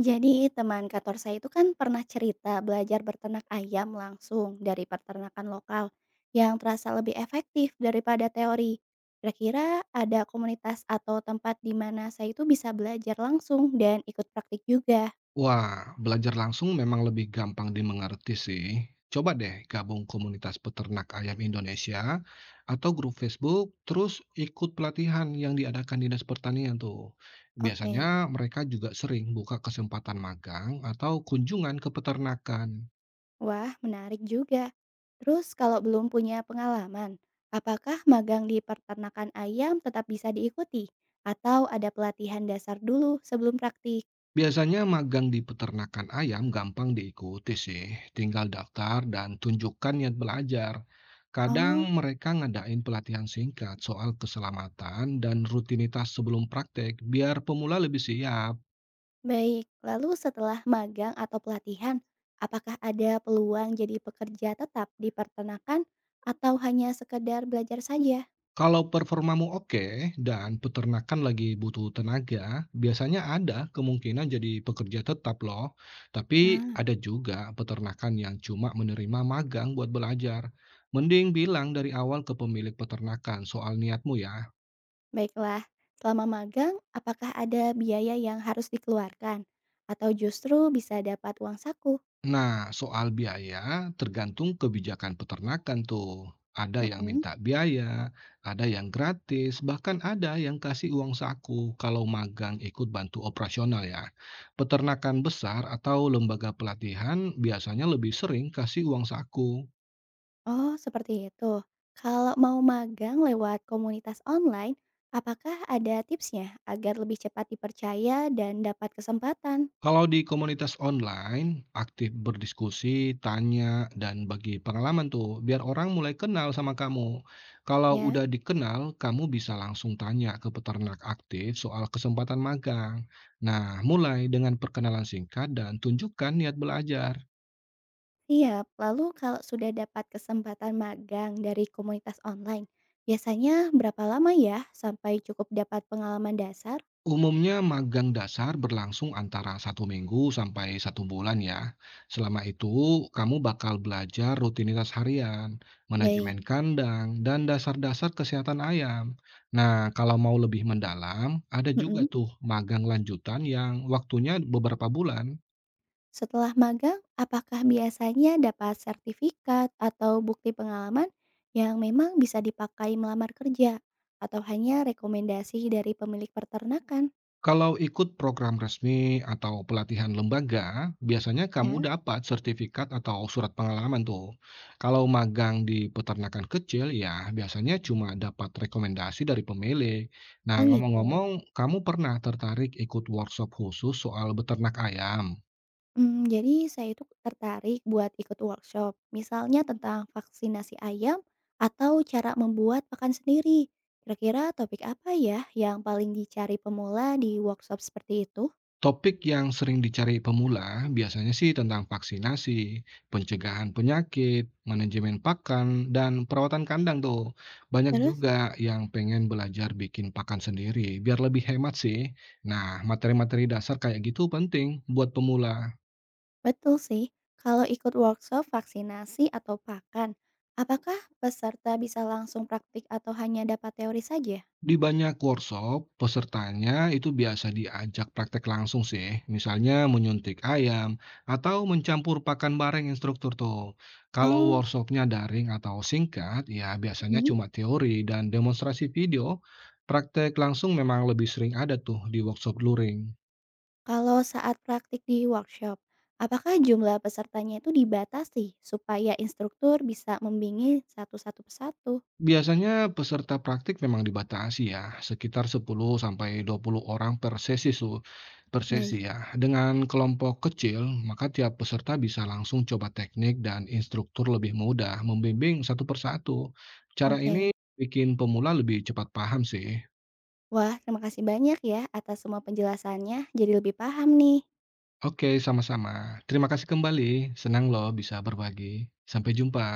Jadi teman kantor saya itu kan pernah cerita belajar berternak ayam langsung dari peternakan lokal yang terasa lebih efektif daripada teori. Kira-kira ada komunitas atau tempat di mana saya itu bisa belajar langsung dan ikut praktik juga. Wah, belajar langsung memang lebih gampang dimengerti sih. Coba deh gabung komunitas peternak ayam Indonesia atau grup Facebook, terus ikut pelatihan yang diadakan Dinas Pertanian tuh. Oke, Biasanya mereka juga sering buka kesempatan magang atau kunjungan ke peternakan. wah menarik juga. Terus kalau belum punya pengalaman, apakah magang di peternakan ayam tetap bisa diikuti? Atau ada pelatihan dasar dulu sebelum praktik? Biasanya magang di peternakan ayam gampang diikuti sih, tinggal daftar dan tunjukkan niat belajar. Kadang Oh, mereka ngadain pelatihan singkat soal keselamatan dan rutinitas sebelum praktek biar pemula lebih siap. baik, lalu setelah magang atau pelatihan, apakah ada peluang jadi pekerja tetap di peternakan atau hanya sekedar belajar saja? Kalau performamu oke dan peternakan lagi butuh tenaga, biasanya ada kemungkinan jadi pekerja tetap loh. Tapi Nah, ada juga peternakan yang cuma menerima magang buat belajar. Mending bilang dari awal ke pemilik peternakan soal niatmu ya. baiklah, selama magang, apakah ada biaya yang harus dikeluarkan atau justru bisa dapat uang saku? Nah, soal biaya tergantung kebijakan peternakan tuh. Ada yang Mm-mm. minta biaya, ada yang gratis, bahkan ada yang kasih uang saku kalau magang ikut bantu operasional ya. Peternakan besar atau lembaga pelatihan biasanya lebih sering kasih uang saku. Oh, seperti itu. Kalau mau magang lewat komunitas online, apakah ada tipsnya agar lebih cepat dipercaya dan dapat kesempatan? Kalau di komunitas online, aktif berdiskusi, tanya, dan bagi pengalaman tuh, biar orang mulai kenal sama kamu. Kalau Ya. udah dikenal, kamu bisa langsung tanya ke peternak aktif soal kesempatan magang. Nah, mulai dengan perkenalan singkat dan tunjukkan niat belajar. Iya, lalu kalau sudah dapat kesempatan magang dari komunitas online, biasanya berapa lama ya sampai cukup dapat pengalaman dasar? Umumnya magang dasar berlangsung antara 1 minggu sampai 1 bulan ya. Selama itu, kamu bakal belajar rutinitas harian, manajemen Baik. kandang, dan dasar-dasar kesehatan ayam. Nah, kalau mau lebih mendalam, ada juga Mm-mm. tuh magang lanjutan yang waktunya beberapa bulan. Setelah magang, apakah biasanya dapat sertifikat atau bukti pengalaman yang memang bisa dipakai melamar kerja? Atau hanya rekomendasi dari pemilik peternakan? Kalau ikut program resmi atau pelatihan lembaga, biasanya kamu Ya. dapat sertifikat atau surat pengalaman tuh. Kalau magang di peternakan kecil, ya biasanya cuma dapat rekomendasi dari pemilik. Nah, Oh gitu. ngomong-ngomong, kamu pernah tertarik ikut workshop khusus soal beternak ayam? Jadi saya itu tertarik buat ikut workshop, misalnya tentang vaksinasi ayam atau cara membuat pakan sendiri. Kira-kira topik apa ya yang paling dicari pemula di workshop seperti itu? Topik yang sering dicari pemula biasanya sih tentang vaksinasi, pencegahan penyakit, manajemen pakan, dan perawatan kandang tuh. Banyak Terus? juga yang pengen belajar bikin pakan sendiri biar lebih hemat sih. Nah, materi-materi dasar kayak gitu penting buat pemula. Betul sih, kalau ikut workshop vaksinasi atau pakan, apakah peserta bisa langsung praktik atau hanya dapat teori saja? Di banyak workshop, pesertanya itu biasa diajak praktek langsung sih, misalnya menyuntik ayam atau mencampur pakan bareng instruktur tuh. Kalau Oh. workshopnya daring atau singkat, ya biasanya Mhm. cuma teori dan demonstrasi video. Praktek langsung memang lebih sering ada tuh di workshop luring. Kalau saat praktik di workshop, apakah jumlah pesertanya itu dibatasi supaya instruktur bisa membimbingi satu-satu persatu? Biasanya peserta praktik memang dibatasi ya, sekitar 10 sampai 20 orang per Baik. sesi ya. Dengan kelompok kecil, maka tiap peserta bisa langsung coba teknik dan instruktur lebih mudah membimbing satu persatu. Cara Oke. ini bikin pemula lebih cepat paham sih. Wah, terima kasih banyak ya atas semua penjelasannya. Jadi lebih paham nih. Oke, sama-sama. Terima kasih kembali. Senang loh bisa berbagi. Sampai jumpa.